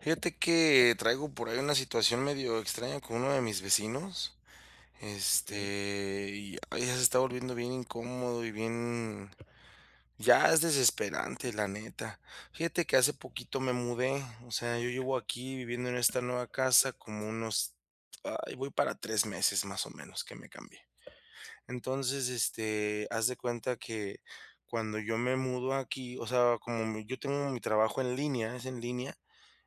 Fíjate que traigo por ahí una situación medio extraña con uno de mis vecinos. Okey, Ya se está volviendo bien incómodo y bien, ya es desesperante, la neta. Fíjate que hace poquito me mudé, o sea, yo llevo aquí viviendo en esta nueva casa como unos, ay, voy para 3 meses más o menos que me cambié. Entonces, haz de cuenta que cuando yo me mudo aquí, o sea, yo tengo mi trabajo en línea, es en línea.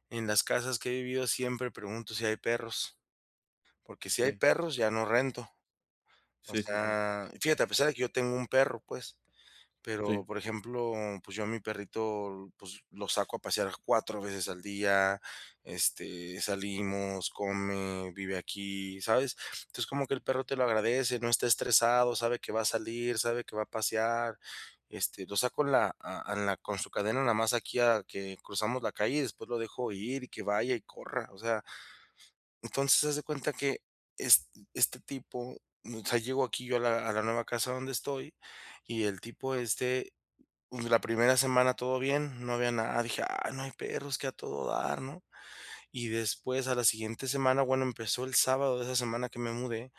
En las casas que he vivido siempre pregunto si hay perros, porque si hay okey. perros ya no rento. O Sí, sí, sí. sea, fíjate, a pesar de que yo tengo un perro, pues, pero, Sí. por ejemplo, pues, yo a mi perrito, pues, lo saco a pasear 4 veces al día, salimos, come, vive aquí, ¿sabes? Entonces, como que el perro te lo agradece, no está estresado, sabe que va a salir, sabe que va a pasear, lo saco en la con su cadena nada más aquí a que cruzamos la calle y después lo dejo ir y que vaya y corra. O sea, entonces, haz de cuenta que es este tipo, o sea, llego aquí yo a la nueva casa donde estoy, y el tipo este, pues, la primera semana todo bien, no había nada, dije: "Ah, no hay perros, que a todo dar", ¿no? Y después a la siguiente semana, bueno, empezó el sábado de esa semana que me mudé,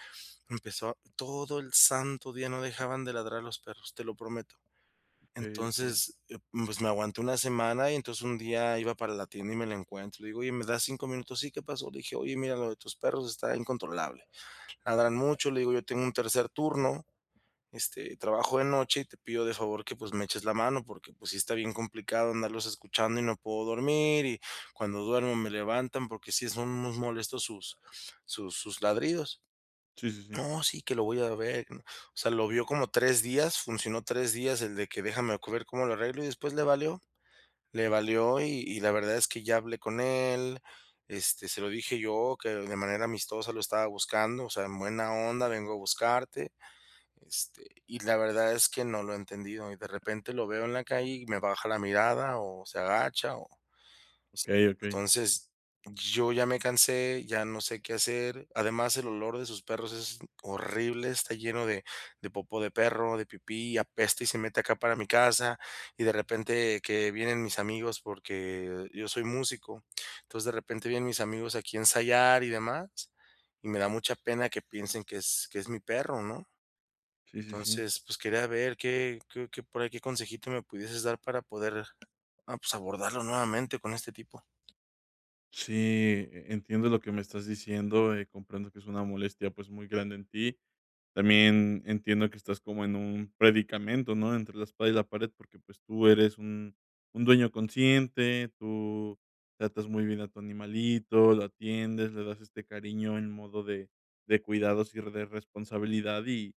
empezó todo el santo día, no dejaban de ladrar los perros, te lo prometo. Okey, okey. Entonces, pues, me aguanté una semana y entonces un día iba para la tienda y me la encuentro. Le digo: "Oye, ¿me das 5 minutos?". "Sí, ¿qué pasó?". Le dije: "Oye, mira, lo de tus perros está incontrolable. Ladran mucho". Le digo: "Yo tengo un tercer turno, trabajo de noche y te pido de favor que, pues, me eches la mano porque, pues, sí está bien complicado andarlos escuchando y no puedo dormir, y cuando duermo me levantan porque sí son unos molestos sus sus ladridos". Sí, sí, sí. "No, sí, que lo voy a ver. Que no". O sea, lo vio como 3 días, funcionó 3 días el de que "déjame ver cómo lo arreglo", y después le valió, y la verdad es que ya hablé con él, se lo dije yo, que de manera amistosa lo estaba buscando, o sea, en buena onda, vengo a buscarte, y la verdad es que no lo he entendido, y de repente lo veo en la calle y me baja la mirada o se agacha o... Sí. Okey, okey. Entonces, yo ya me cansé, ya no sé qué hacer. Además, el olor de sus perros es horrible, está lleno de popó de perro, de pipí, y apesta y se mete acá para mi casa, y de repente que vienen mis amigos, porque yo soy músico. Entonces, de repente vienen mis amigos aquí a ensayar y demás, y me da mucha pena que piensen que es mi perro, ¿no? Sí, sí, sí. Entonces, pues, quería ver qué por ahí, qué consejito me pudieses dar para poder, ah, pues, abordarlo nuevamente con este tipo. Sí, entiendo lo que me estás diciendo, comprendo que es una molestia, pues, muy grande en ti. También entiendo que estás como en un predicamento, ¿no? Entre la espada y la pared, porque pues tú eres un dueño consciente, tú tratas muy bien a tu animalito, lo atiendes, le das este cariño en modo de cuidados y de responsabilidad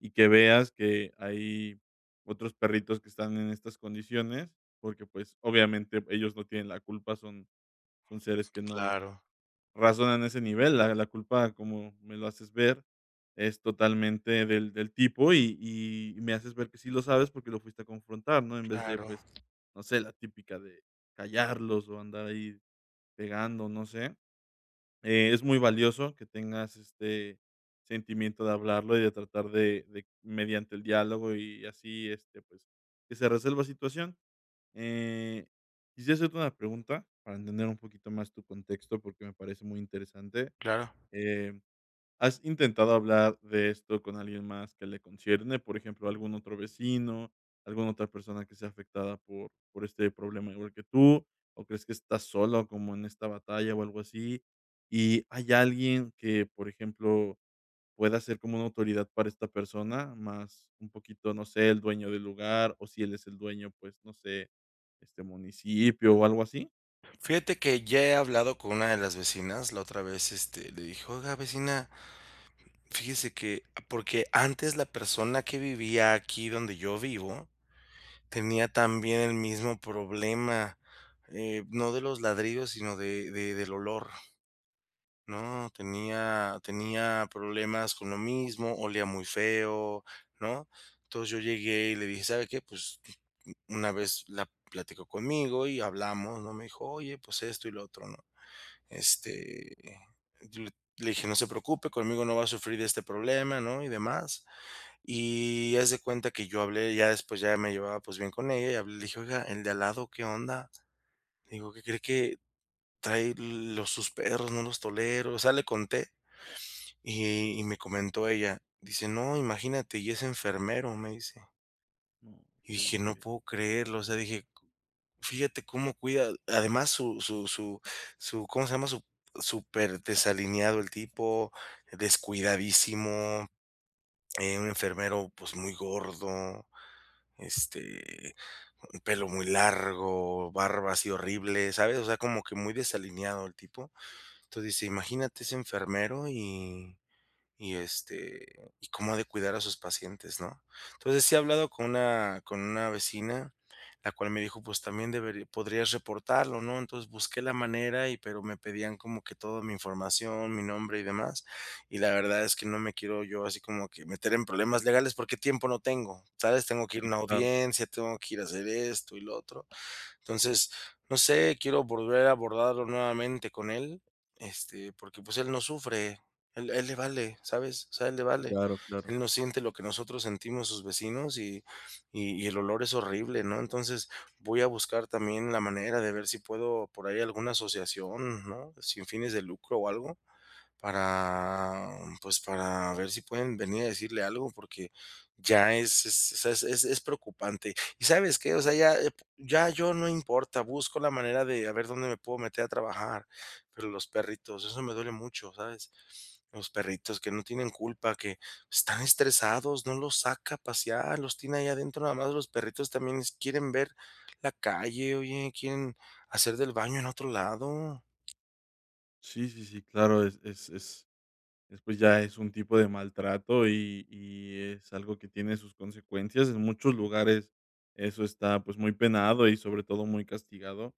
y que veas que hay otros perritos que están en estas condiciones, porque pues obviamente ellos no tienen la culpa, son seres que no, Claro, razonan a ese nivel, la culpa, como me lo haces ver, es totalmente del tipo, y me haces ver que sí lo sabes porque lo fuiste a confrontar, ¿no? En vez de, claro, pues, no sé, la típica de callarlos o andar ahí pegando, no sé. Es muy valioso que tengas este sentimiento de hablarlo y de tratar de mediante el diálogo y así, este, pues, que se resuelva situación. Eh, Quisiera hacerte una pregunta para entender un poquito más tu contexto, porque me parece muy interesante. claro. Em, ¿Has intentado hablar de esto con alguien más que le concierne? Por ejemplo, algún otro vecino, alguna otra persona que sea afectada por este problema igual que tú, o crees que estás solo como en esta batalla o algo así. ¿Y hay alguien que, por ejemplo, pueda ser como una autoridad para esta persona, más un poquito, no sé, el dueño del lugar, o si él es el dueño, pues, no sé, este, municipio o algo así? Fíjate que ya he hablado con una de las vecinas. La otra vez, le dije: "Oiga, vecina, fíjese que..." porque antes la persona que vivía aquí donde yo vivo tenía también el mismo problema, no de los ladridos, sino de del olor. No, tenía problemas con lo mismo, olía muy feo, ¿no? Entonces, yo llegué y le dije: "¿Sabe qué?". Pues, una vez la platicó conmigo y hablamos, ¿no? Me dijo: "Oye, pues esto y lo otro", ¿no? Este, yo le dije: "No se preocupe, conmigo no va a sufrir de este problema", ¿no? Y demás. Y haz de cuenta que yo hablé, ya después ya me llevaba, pues, bien con ella, y hablé, le dije: "Oiga, el de al lado, ¿qué onda?". Le digo: "¿Qué cree que trae los sus perros, no los tolero?". O sea, le conté. Y me comentó ella, dice: "No, imagínate, y es enfermero", me dice. No, Y okey, dije: "No okey. puedo creerlo", o sea, dije, fíjate cómo cuida, además su, ¿cómo se llama? Su... Súper desalineado el tipo, descuidadísimo, un enfermero pues muy gordo, este, un pelo muy largo, barba así horrible, ¿sabes? O sea, como que muy desalineado el tipo. Entonces dice: "Imagínate ese enfermero y y este, y cómo ha de cuidar a sus pacientes", ¿no? Entonces, sí he hablado con una vecina, la cual me dijo: "Pues también deberi podrías reportarlo", ¿no? Entonces, busqué la manera y pero me pedían como que toda mi información, mi nombre y demás, y la verdad es que no me quiero yo así como que meter en problemas legales porque tiempo no tengo, ¿sabes? Tengo que ir a Sí, una claro, audiencia, tengo que ir a hacer esto y lo otro. Entonces, no sé, quiero volver a abordarlo nuevamente con él, porque pues él no sufre, él le vale, ¿sabes? O sea, él le vale, claro, claro. él no siente lo que nosotros sentimos sus vecinos y, y el olor es horrible, ¿no? Entonces voy a buscar también la manera de ver si puedo por ahí alguna asociación, ¿no? Sin fines de lucro o algo, para, pues, para ver si pueden venir a decirle algo, porque ya es preocupante. ¿Y sabes qué? O sea, ya ya yo no importa, busco la manera de a ver dónde me puedo meter a trabajar, pero los perritos, eso me duele mucho, ¿sabes? Los perritos que no tienen culpa, que están estresados, no los saca a pasear, los tiene ahí adentro nada más. Los perritos también quieren ver la calle, oye, quieren hacer del baño en otro lado. Sí, sí, sí, claro, es es, pues, ya es un tipo de maltrato y es algo que tiene sus consecuencias. En muchos lugares eso está, pues, muy penado y, sobre todo, muy castigado.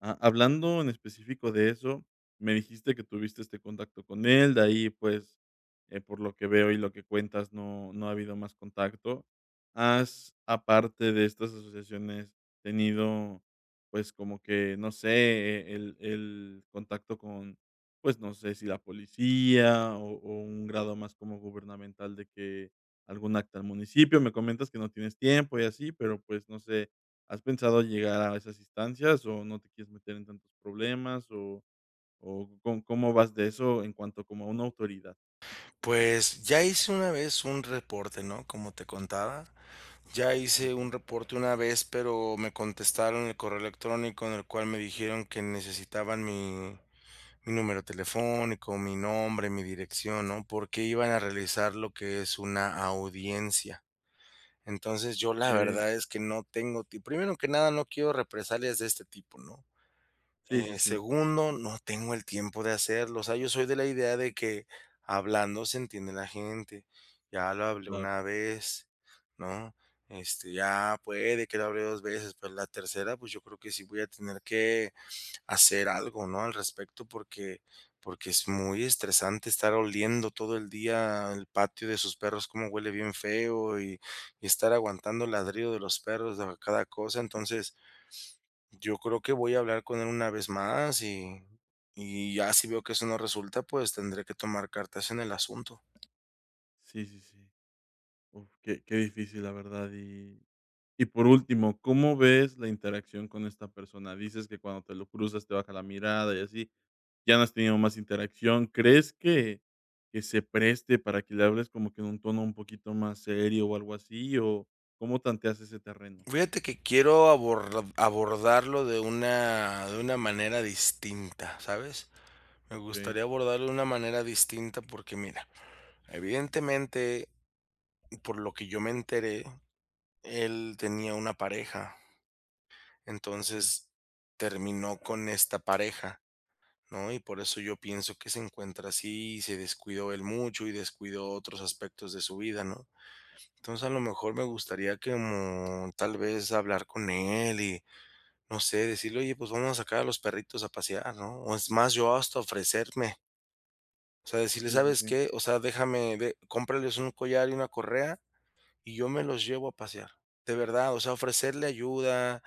Ha hablando en específico de eso, me dijiste que tuviste este contacto con él, de ahí, pues, por lo que veo y lo que cuentas, no ha habido más contacto. ¿Has, aparte de estas asociaciones, tenido, pues, como que, no sé, el contacto con pues, no sé si la policía o un grado más como gubernamental de que algún acta al municipio. Me comentas que no tienes tiempo y así, pero, pues, no sé, ¿has pensado llegar a esas instancias o no te quieres meter en tantos problemas o con cómo vas de eso en cuanto como a una autoridad? Pues ya hice una vez un reporte, ¿no? Como te contaba, ya hice un reporte una vez, pero me contestaron el correo electrónico en el cual me dijeron que necesitaban mi número telefónico, mi nombre, mi dirección, ¿no? Porque iban a realizar lo que es una audiencia. Entonces yo la Okey. verdad es que no tengo, primero que nada no quiero represalias de este tipo, ¿no? Sí, sí, sí, Segundo, no tengo el tiempo de hacerlo. O sea, yo soy de la idea de que hablando se entiende la gente. Ya lo hablé una claro. vez, ¿no? Ya puede que lo hable 2 veces, pero la tercera, pues yo creo que sí voy a tener que hacer algo, ¿no? Al respecto, porque es muy estresante estar oliendo todo el día el patio de sus perros, cómo huele bien feo y estar aguantando el ladrido de los perros, de cada cosa. Entonces, yo creo que voy a hablar con él una vez más y ya si veo que eso no resulta, pues, tendré que tomar cartas en el asunto. Sí, sí, sí. Uf, qué qué difícil, la verdad. Y por último, ¿cómo ves la interacción con esta persona? Dices que cuando te lo cruzas te baja la mirada y así. Ya no has tenido más interacción. ¿Crees que se preste para que le hables como que en un tono un poquito más serio o algo así? ¿O cómo tanteas ese terreno? Fíjate que quiero abordarlo de una manera distinta, ¿sabes? Me Okey, gustaría abordarlo de una manera distinta porque, mira, evidentemente, por lo que yo me enteré, él tenía una pareja, okey. entonces terminó con esta pareja, ¿no? Y por eso yo pienso que se encuentra así y se descuidó él mucho y descuidó otros aspectos de su vida, ¿no? Entonces a lo mejor me gustaría que como tal vez hablar con él y no sé, decirle: "Oye, pues vamos a sacar a los perritos a pasear", ¿no? O es más, yo hasta ofrecerme. O sea, decirle: Sí, sí, "¿Sabes sí. qué? O sea, déjame, de, cómprales un collar y una correa y yo me los llevo a pasear". De verdad, o sea, ofrecerle ayuda,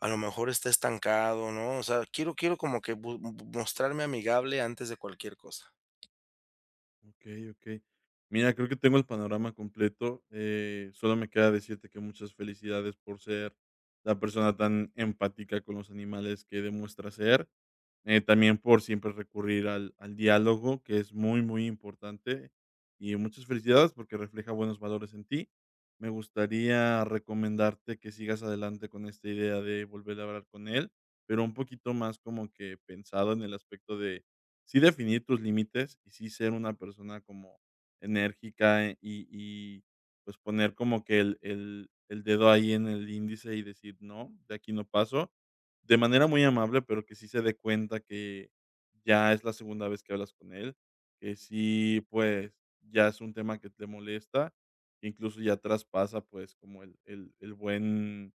a lo mejor está estancado, ¿no? O sea, quiero como que mostrarme amigable antes de cualquier cosa. Okey, okey. Mira, creo que tengo el panorama completo, solo me queda decirte que muchas felicidades por ser la persona tan empática con los animales que demuestras ser, también por siempre recurrir al diálogo, que es muy, muy importante, y muchas felicidades porque refleja buenos valores en ti. Me gustaría recomendarte que sigas adelante con esta idea de volver a hablar con él, pero un poquito más como que pensado en el aspecto de sí definir tus límites y sí ser una persona como enérgica, y, pues, poner como que el dedo ahí en el índice y decir: "No, de aquí no paso", de manera muy amable, pero que sí se dé cuenta que ya es la segunda vez que hablas con él, que sí, pues, ya es un tema que te molesta, que incluso ya traspasa, pues, como el buen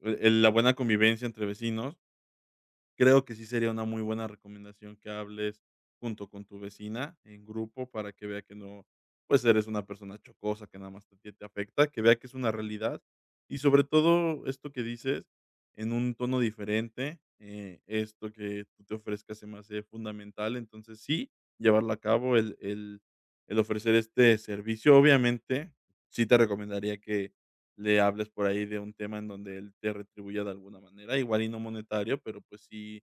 el la buena convivencia entre vecinos. Creo que sí sería una muy buena recomendación que hables junto con tu vecina en grupo para que vea que no, pues, eres una persona chocosa que nada más a ti te afecta, que vea que es una realidad. Y sobre todo esto que dices en un tono diferente, esto que tú te ofrezcas se me hace fundamental. Entonces sí, llevarlo a cabo, el ofrecer este servicio. Obviamente, sí te recomendaría que le hables por ahí de un tema en donde él te retribuya de alguna manera, igual y no monetario, pero pues sí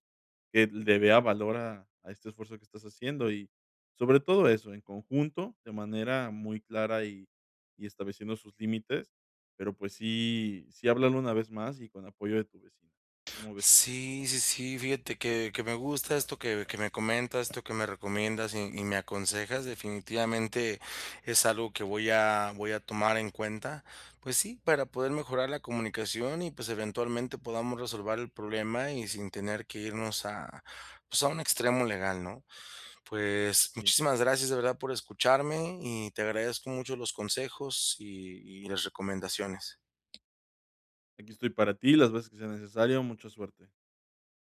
que le vea valor a este esfuerzo que estás haciendo y sobre todo eso, en conjunto, de manera muy clara y estableciendo sus límites, pero pues sí, sí háblalo una vez más y con apoyo de tu vecina. ¿Cómo ves eso? Sí, sí, sí, fíjate que me gusta esto que me comentas, esto que me recomiendas y me aconsejas, definitivamente es algo que voy a, voy a tomar en cuenta, pues sí, para poder mejorar la comunicación y pues eventualmente podamos resolver el problema y sin tener que irnos a, pues a un extremo legal, ¿no? Pues Y muchísimas gracias de verdad por escucharme y te agradezco mucho los consejos y las recomendaciones. aquí estoy para ti las veces que sea necesario, mucha suerte.